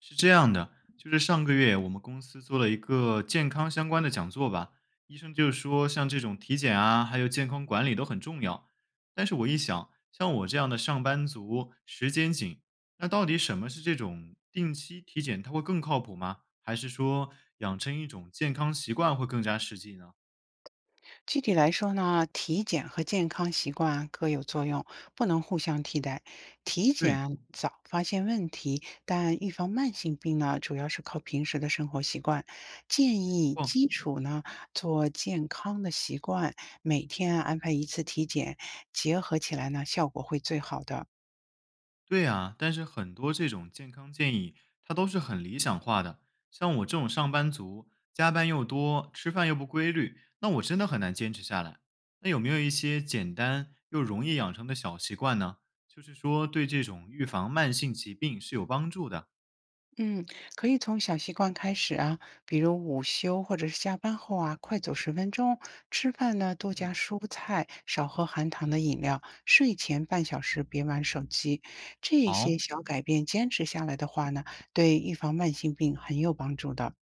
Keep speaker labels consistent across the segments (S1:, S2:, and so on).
S1: 是这样的，就是上个月我们公司做了一个健康相关的讲座吧，医生就说像这种体检啊，还有健康管理都很重要。但是我一想，像我这样的上班族，时间紧，那到底什么是这种定期体检，它会更靠谱吗？还是说养成一种健康习惯会更加实际呢？
S2: 具体来说呢，体检和健康习惯各有作用，不能互相替代。体
S1: 对，没
S2: 检早发现问题，但预防慢性病呢，主要是靠平时的生活习惯。建议
S1: 错。
S2: 基础呢，做健康的习惯，每天安排一次体检，结合起来呢，效果会最好的。
S1: 对啊，但是很多这种健康建议，它都是很理想化的。像我这种上班族，加班又多，吃饭又不规律，那我真的很难坚持下来。那有没有一些简单又容易养成的小习惯呢？就是说，对这种预防慢性疾病是有帮助的。
S2: 嗯，可以从小习惯开始啊，比如午休或者是下班后啊，快走10分钟。吃饭呢，多
S1: 嗯，
S2: 加蔬菜，少喝含糖的饮料。睡前半小时别玩手机。这些
S1: 好。
S2: 小改变坚持下来的话呢，对预防慢性病很有帮助的。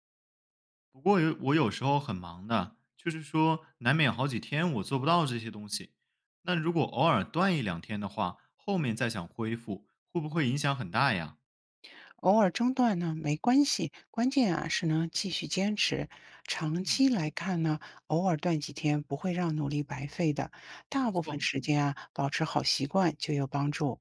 S1: 不过我有时候很忙的，就是说难免好几天我做不到这些东西。那如果偶尔断一两天的话，后面再想恢复，会不会影响很大呀？
S2: 偶尔中断呢，没关系，关键啊是能继续坚持。长
S1: 嗯。
S2: 期来看呢，偶尔断几天不会让努力白费的。大
S1: 没
S2: 部分
S1: 错，
S2: 时间啊，保持好习惯就有帮助。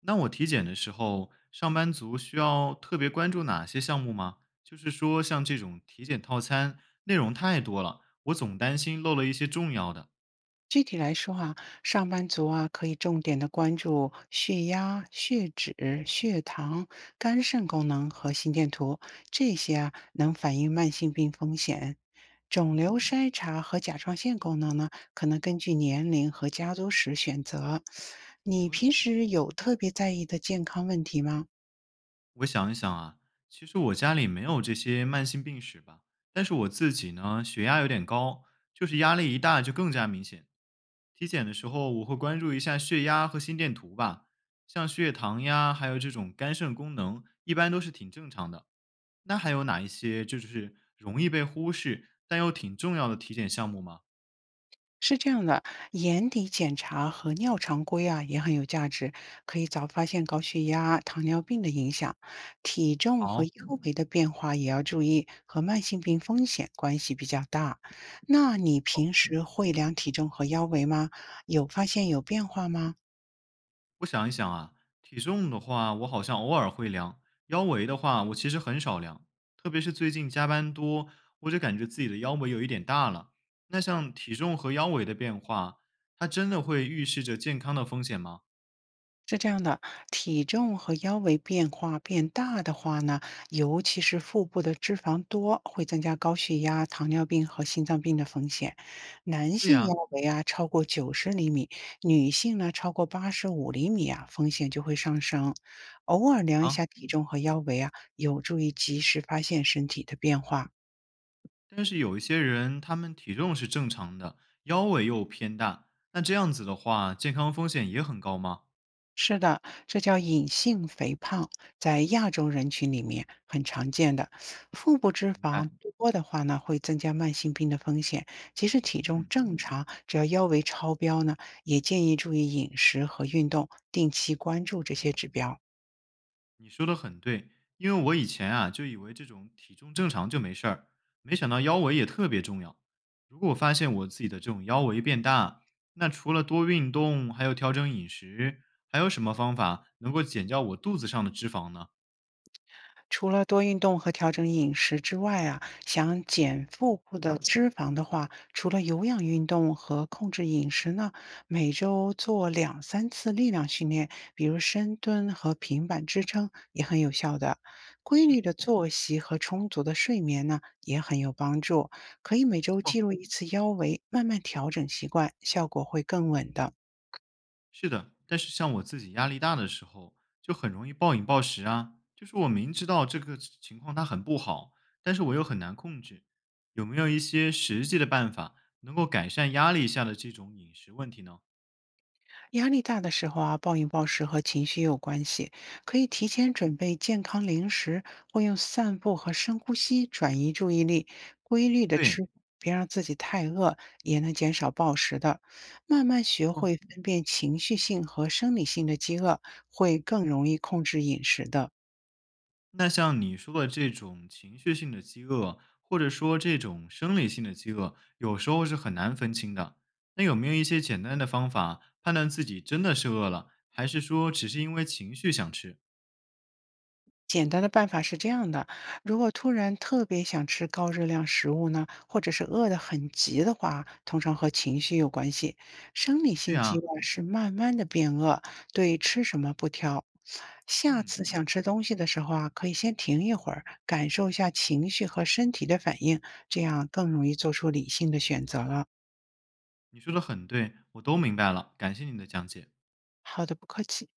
S1: 那我体检的时候，上班族需要特别关注哪些项目吗？就是说，像这种体检套餐内容太多了，我总担心漏了一些重要的。
S2: 具体来说啊，上班族啊可以重点的关注血压、血脂、血糖、肝肾功能和心电图，这些啊能反映慢性病风险。肿
S1: 嗯，
S2: 瘤筛查和甲状腺功能呢，可能根据年龄和家族史选择。
S1: 没
S2: 你
S1: 问
S2: 平
S1: 题。
S2: 时有特别在意的健康问题吗？
S1: 我想一想啊，其实我家里没有这些慢性病史吧，但是我自己呢，血压有点高，就是压力一大就更加明显。体检的时候，我会关注一下血压和心电图吧，像血糖呀，还有这种肝肾功能，一般都是挺正常的。那还有哪一些就是容易被忽视，但又挺重要的体检项目吗？
S2: 是这样的，眼底检查和尿常规啊也很有价值，可以早发现高血压、糖尿病的影响，体重和
S1: 好，
S2: 腰围的变化也要注意，和慢性病风险关系比较大。那你平时会量体重和腰围吗？有发现有变化吗？
S1: 我想一想啊，体重的话，我好像偶尔会量；腰围的话，我其实很少量。特别是最近加班多，我就感觉自己的腰围有一点大了。那像体重和腰围的变化，它真的会预示着健康的风险吗？
S2: 是这样的，体重和腰围变化变大的话呢，尤其是腹部的脂肪多，会增加高血压、糖尿病和心脏病的风险。男
S1: 对
S2: 性
S1: 呀、
S2: 腰围啊超过90厘米，女性呢超过85厘米啊，风险就会上升。偶尔量一
S1: 啊，
S2: 下体重和腰围啊，有助于及时发现身体的变化。
S1: 但是有一些人他们体重是正常的，腰围又偏大，那这样子的话，健康风险也很高吗？
S2: 是的，这叫隐性肥胖，在亚洲人群里面很常见的。腹部脂
S1: 明
S2: 肪
S1: 白，
S2: 多的话呢，会增加慢性病的风险。即使体重
S1: 嗯。
S2: 正常，只要腰围超标呢，也建议注意饮食和运动，定期关注这些指标。
S1: 你说的很对，因为我以前啊就以为这种体重正常就没事儿，没想到腰围也特别重要。如果我发现我自己的这种腰围变大，那除了多运动，还有调整饮食，还有什么方法能够减掉我肚子上的脂肪呢？
S2: 除了多运动和调整饮食之外啊，想减腹部的脂肪的话，除了有氧运动和控制饮食呢，每周做两三次力量训练，比如深蹲和平板支撑也很有效的。规律的作息和充足的睡眠呢，也很有帮助。可以每
S1: 没
S2: 周
S1: 错，
S2: 记录一次腰围，慢慢调整习惯，效果会更稳的。
S1: 是的，但是像我自己压力大的时候，就很容易暴饮暴食啊。就是我明知道这个情况它很不好，但是我又很难控制。有没有一些实际的办法能够改善压力下的这种饮食问题呢？
S2: 压力大的时候啊，暴饮暴食和情绪有关系，可以提前准备健康零食，或用散步和深呼吸转移注意力，规律的
S1: 对，
S2: 吃，别让自己太饿，也能减少暴食的。慢慢学会
S1: 哦
S2: 分辨情绪性和生理性的饥饿，会更容易控制饮食的。
S1: 那像你说的这种情绪性的饥饿，或者说这种生理性的饥饿，有时候是很难分清的。那有没有一些简单的方法判断自己真的是饿了，还是说只是因为情绪想吃？
S2: 简单的办法是这样的：如果突然特别想吃高热量食物呢，或者是饿得很急的话，通常和情绪有关系。生理
S1: 对
S2: 性饥
S1: 呀，
S2: 饿是慢慢的变饿，对吃什么不挑。下
S1: 嗯，
S2: 次想吃东西的时候啊，可以先停一会儿，感受一下情绪和身体的反应，这样更容易做出理性的选择了。
S1: 你说的很对，我都明白了，感谢你的讲解。
S2: 好的，不客气。